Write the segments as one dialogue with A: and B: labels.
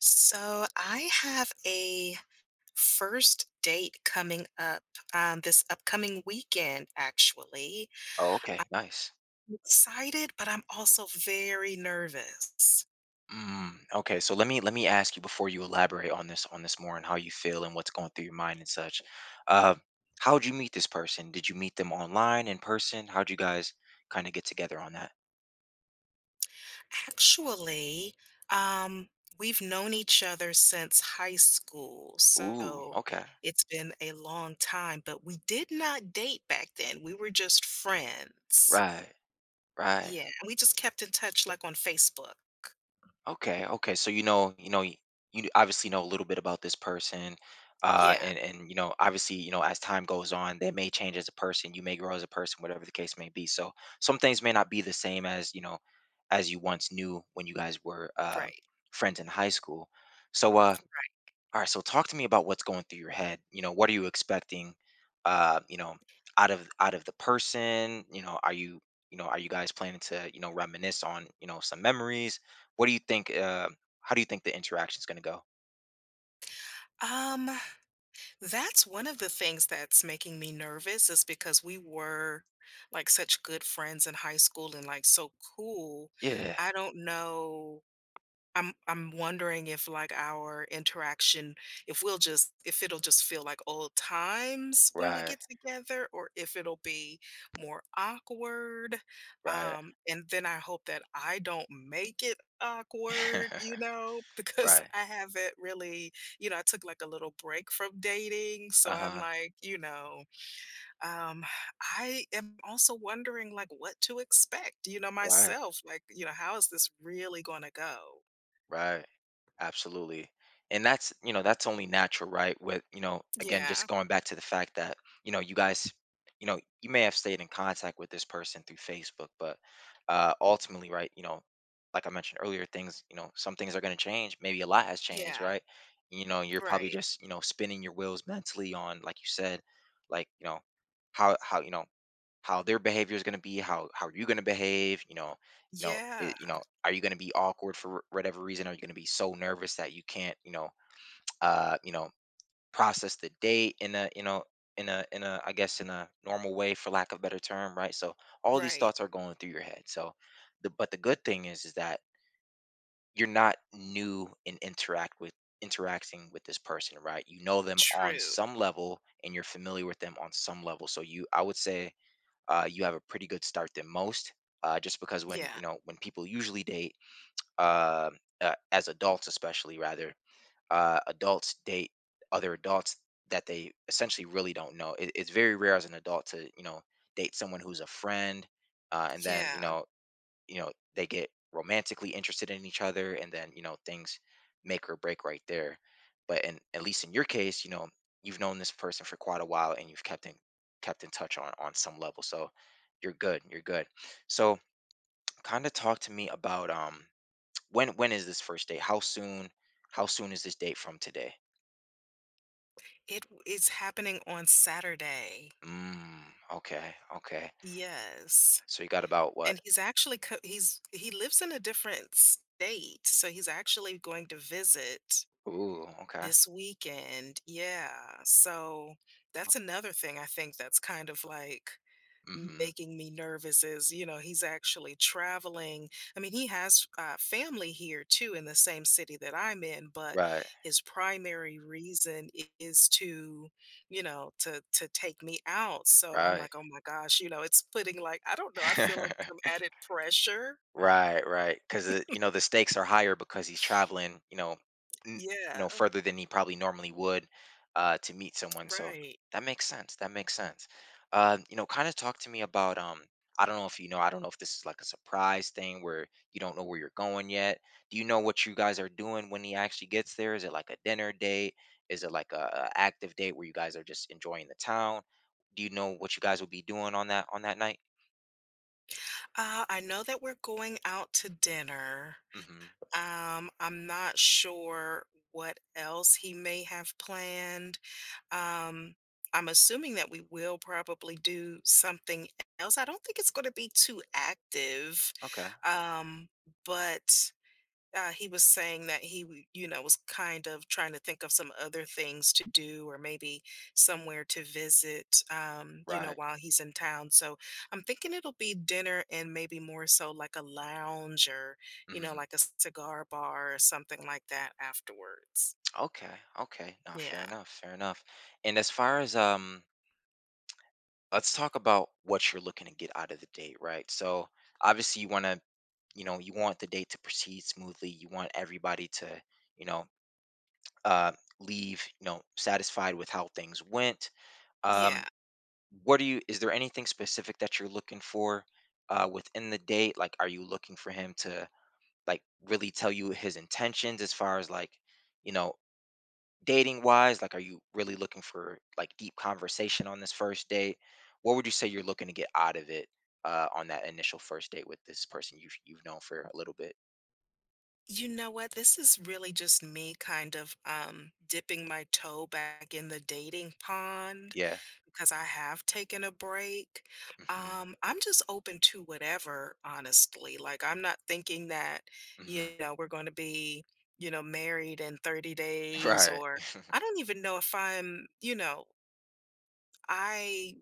A: So I have a first date coming up this upcoming weekend, actually.
B: Oh, okay, nice.
A: I'm excited, but I'm also very nervous.
B: Mm, okay, so let me ask you before you elaborate on this more and how you feel and what's going through your mind and such. Uh, How'd you meet this person? Did you meet them online, in person? How'd you guys kind of get together on that?
A: Actually, um, we've known each other since high school,
B: Ooh,
A: so
B: okay,
A: it's been a long time, but we did not date back then. We were just friends.
B: right, right.
A: Yeah, we just kept in touch like on Facebook.
B: Okay, okay. So you obviously know a little bit about this person,
A: Yeah,
B: and you know, obviously, you know, as time goes on, they may change as a person. You may grow as a person, whatever the case may be. So some things may not be the same as you know, as you once knew when you guys were
A: right.
B: friends in high school. So, all right, so talk to me about what's going through your head. You know, what are you expecting? You know, out of the person. You know, are you you know are you guys planning to you know reminisce on you know some memories? What do you think? How do you think the interaction's going to go?
A: Um, That's one of the things that's making me nervous is because we were like such good friends in high school and like so cool.
B: Yeah.
A: I don't know. I'm wondering if like our interaction, if it'll just feel like old times when we
B: Right.
A: get together, or if it'll be more awkward.
B: Right.
A: And then I hope that I don't make it awkward, you know, because
B: right.
A: I haven't really, I took like a little break from dating, so
B: Uh
A: I'm
B: huh.
A: like, um, I am also wondering like what to expect,
B: Right.
A: myself, like, how is this really going to go?
B: Right. Absolutely. And that's, you know, that's only natural, right? With, you know, again,
A: Yeah,
B: just going back to the fact that, you know, you guys, you know, you may have stayed in contact with this person through Facebook, but ultimately, right, you know, like I mentioned earlier, things, you know, some things are going to change. Maybe a lot has changed,
A: yeah,
B: right? You know, you're probably
A: right.
B: just, you know, spinning your wheels mentally on, like you said, like, you know, you know, how their behavior is going to be, how are you going to behave, you know, you know
A: Yeah,
B: it, you know, are you going to be awkward for whatever reason, are you going to be so nervous that you can't, you know, you know, process the date in a, you know, in a I guess in a normal way for lack of a better term, right? So all these
A: right.
B: thoughts are going through your head. So the but the good thing is that you're not new in interacting with this person. Right, you know them on
A: True.
B: some level and you're familiar with them on some level, so you I would say you have a pretty good start than most. Just because when, you
A: Yeah,
B: know, when people usually date, uh, as adults especially, rather adults date other adults that they essentially really don't know. It's very rare as an adult to you know date someone who's a friend, and then
A: yeah.
B: you know they get romantically interested in each other and then you know things make or break right there, but in at least in your case, you know, you've known this person for quite a while and you've kept in touch on some level. So you're good, you're good. So kind of talk to me about when is this first date, how soon, how soon is this date from today?
A: It's happening on Saturday.
B: Mm, okay, okay,
A: Yes,
B: so you got about
A: and
B: what?
A: he's actually co he's he lives in a different state, so he's actually going to visit
B: Ooh, okay,
A: this weekend. Yeah, so that's another thing I think that's kind of like
B: mhm,
A: making me nervous is, he's actually traveling. I mean, he has family here too in the same city that I'm in, but
B: right,
A: his primary reason is to, you know, to take me out. So I'm
B: right.
A: like, oh my gosh, it's putting like I don't know. I feel like some added pressure.
B: Right, right. Because you know the stakes are higher because he's traveling, you know, n- you
A: Yeah,
B: know, further than he probably normally would to meet someone. So
A: right.
B: that makes sense. That makes sense. You know, kind of talk to me about. I don't know if you know. I don't know if this is like a surprise thing where you don't know where you're going yet. Do you know what you guys are doing when he actually gets there? Is it like a dinner date? Is it like a active date where you guys are just enjoying the town? Do you know what you guys will be doing on that night?
A: I know that we're going out to dinner.
B: Mm-hmm.
A: I'm not sure what else he may have planned. Um, I'm assuming that we will probably do something else. I don't think it's going to be too active,
B: Okay.
A: um, but he was saying that he was kind of trying to think of some other things to do or maybe somewhere to visit,
B: Right.
A: while he's in town. So I'm thinking it'll be dinner and maybe more so like a lounge or,
B: Mm-hmm.
A: like a cigar bar or something like that afterwards.
B: Okay, okay. Now, fair
A: Yeah.
B: enough, fair enough. And as far as let's talk about what you're looking to get out of the date, right? So obviously you want to, you know, you want the date to proceed smoothly. You want everybody to, you know, uh, leave, you know, satisfied with how things went. Um,
A: Yeah.
B: what do you? Is there anything specific that you're looking for within the date? Like, are you looking for him to like really tell you his intentions as far as like, you know, dating wise, like, are you really looking for like deep conversation on this first date? What would you say you're looking to get out of it, on that initial first date with this person you've known for a little bit?
A: You know what? This is really just me kind of dipping my toe back in the dating pond
B: Yeah,
A: because I have taken a break.
B: hmm,
A: I'm just open to whatever, honestly. Like, I'm not thinking that,
B: hmm.
A: you know, we're going to be, married in 30 days,
B: Right,
A: or I don't even know if I'm, I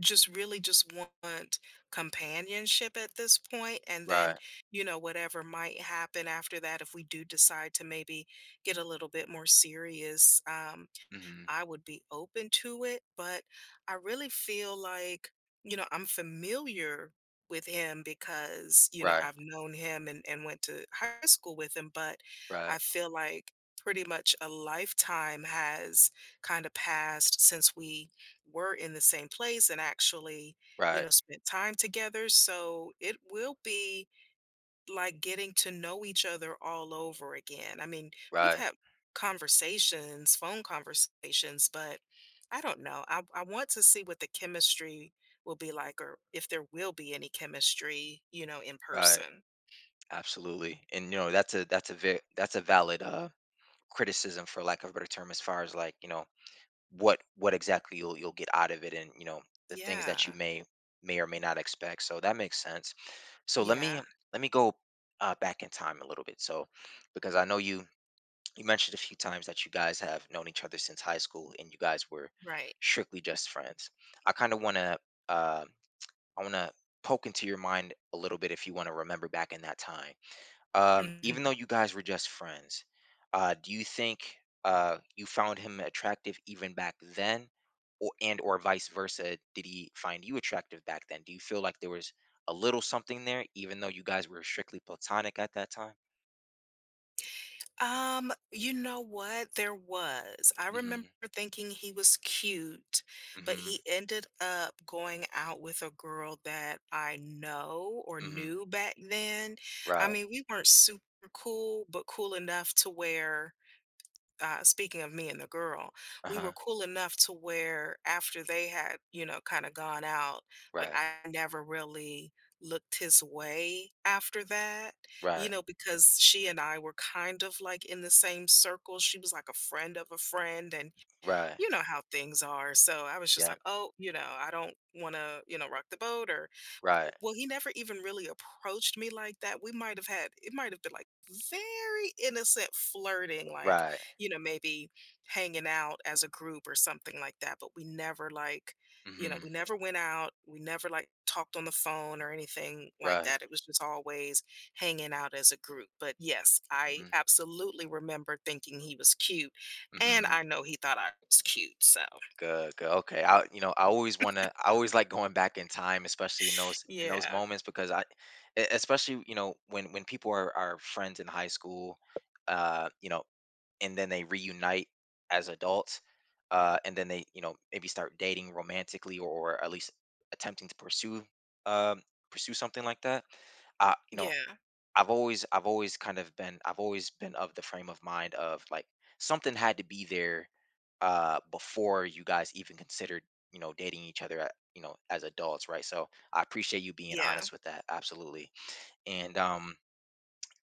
A: just really just want companionship at this point, and then
B: right,
A: you know whatever might happen after that if we do decide to maybe get a little bit more serious,
B: hmm,
A: I would be open to it, but I really feel like, I'm familiar with him because,
B: right,
A: I've known him and went to high school with him, but
B: right,
A: I feel like pretty much a lifetime has kind of passed since we were in the same place and actually, you
B: right,
A: know, spent time together. So it will be like getting to know each other all over again. I mean, we've
B: right,
A: had conversations, phone conversations, but I don't know. I want to see what the chemistry will be like or if there will be any chemistry, in
B: right.
A: person.
B: Absolutely. And you know, that's a, that's a valid criticism for lack of a better term as far as like, you know, what exactly you'll get out of it and you know the things that you
A: Yeah.
B: may or may not expect. So that makes sense. So let me
A: Yeah.
B: let me go back in time a little bit. So because I know you, you mentioned a few times that you guys have known each other since high school and you guys were
A: Right.
B: strictly just friends. I kind of want to uh, I want to poke into your mind a little bit if you want to remember back in that time. Even though
A: Mhm.
B: you guys were just friends, do you think you found him attractive even back then, or and or vice versa? Did he find you attractive back then? Do you feel like there was a little something there, even though you guys were strictly platonic at that time?
A: You know what? There was. I
B: Mm-hmm.
A: remember thinking he was cute, but
B: Mm-hmm.
A: he ended up going out with a girl that I know or
B: Mm-hmm.
A: knew back then. I
B: Right.
A: mean, we weren't super cool, but cool enough to where speaking of me and the girl, we were
B: Uh-huh.
A: cool enough to where after they had, kind of gone out, like
B: Right.
A: I never really looked his way after that, you
B: Right.
A: know, because she and I were kind of like in the same circle. She was like a friend of a friend, and
B: Right.
A: you know how things are. So I was just
B: Yeah.
A: like, oh, I don't want to, rock the boat. Or
B: Right.
A: well, he never even really approached me like that. We might have had it might have been like very innocent flirting, like,
B: Right.
A: you know, maybe hanging out as a group or something like that, but we never like,
B: Mm-hmm.
A: we never went out, we never like talked on the phone or anything like
B: Right.
A: that. It was just always hanging out as a group. But yes, I
B: Mm-hmm.
A: absolutely remember thinking he was cute, and
B: Mm-hmm.
A: I know he thought I was cute. So,
B: Good, good. Okay. I, you know, I always want to, I always like going back in time, especially in those
A: yeah.
B: moments, because I, especially, you know, when people are friends in high school, you know, and then they reunite as adults, and then they, you know, maybe start dating romantically or at least attempting to pursue, um, pursue something like that. I, you know,
A: Yeah.
B: I've always kind of been, I've always been of the frame of mind of like something had to be there before you guys even considered, you know, dating each other, at, you know, as adults, right? So I appreciate you being
A: Yeah.
B: honest with that. Absolutely. And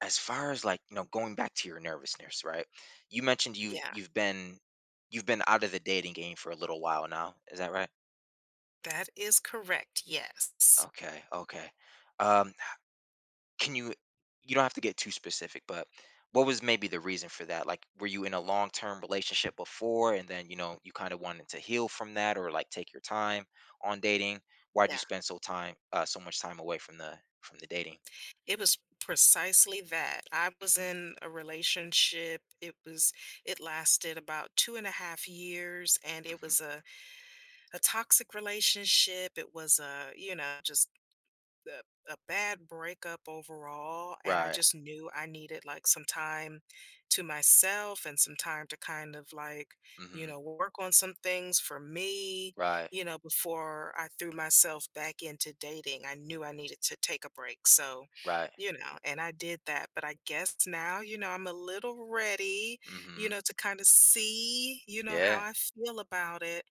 B: as far as like, you know, going back to your nervousness, right? You mentioned you
A: Yeah.
B: you've been out of the dating game for a little while now. Is that right?
A: That is correct, yes.
B: Okay. Okay. Um, can you, you don't have to get too specific, but what was maybe the reason for that? Like, were you in a long-term relationship before and then, you know, you kind of wanted to heal from that or like take your time on dating? Why'd you
A: Yeah,
B: spend so time so much time away from the dating?
A: it was precisely that. I was
B: Hmm,
A: in a relationship, it lasted about 2.5 years, and it
B: hmm.
A: was a toxic relationship, it was a, you know, just a a bad breakup overall, and I
B: Right.
A: just knew I needed, like, some time to myself and some time to kind of, like, you
B: Hmm.
A: know, work on some things for me,
B: Right.
A: you know, before I threw myself back into dating. I knew I needed to take a break, so,
B: Right.
A: you know, and I did that, but I guess now, I'm a little ready, you
B: Hmm.
A: know, to kinda see, how
B: Yeah.
A: I feel about it,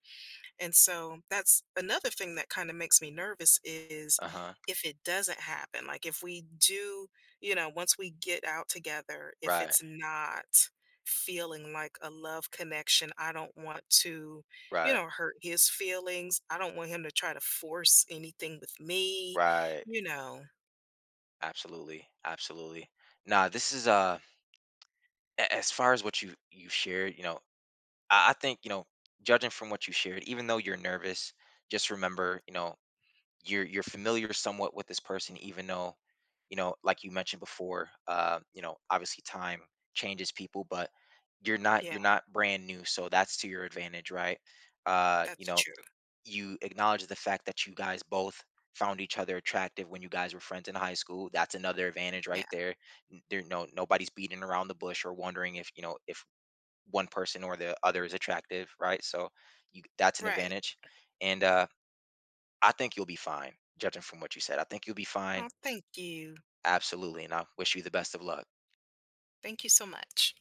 A: and so that's another thing that kind of makes me nervous is
B: Uh-huh.
A: if it doesn't happen, like if we do, once we get out together, if
B: Right.
A: it's not feeling like a love connection, I don't want to, you
B: Right.
A: know, hurt his feelings. I don't want him to try to force anything with me,
B: Right.
A: you know.
B: Absolutely. Absolutely. Nah, this is as far as what you shared, you know, I think you know, judging from what you shared, even though you're nervous, just remember, you know, you're familiar somewhat with this person, even though, you know, like you mentioned before, you know, obviously time changes people, but
A: Yeah,
B: you're not brand new, so that's to your advantage, right? You
A: that's
B: know,
A: true.
B: you acknowledge the fact that you guys both found each other attractive when you guys were friends in high school. That's another advantage
A: Yeah,
B: right there. There no nobody's beating around the bush or wondering if, you know, if one person or the other is attractive, right? So you that's an
A: right.
B: advantage. And I think you'll be fine, judging from what you said. I think you'll be fine.
A: Oh, thank you.
B: Absolutely. And I wish you the best of luck.
A: Thank you so much.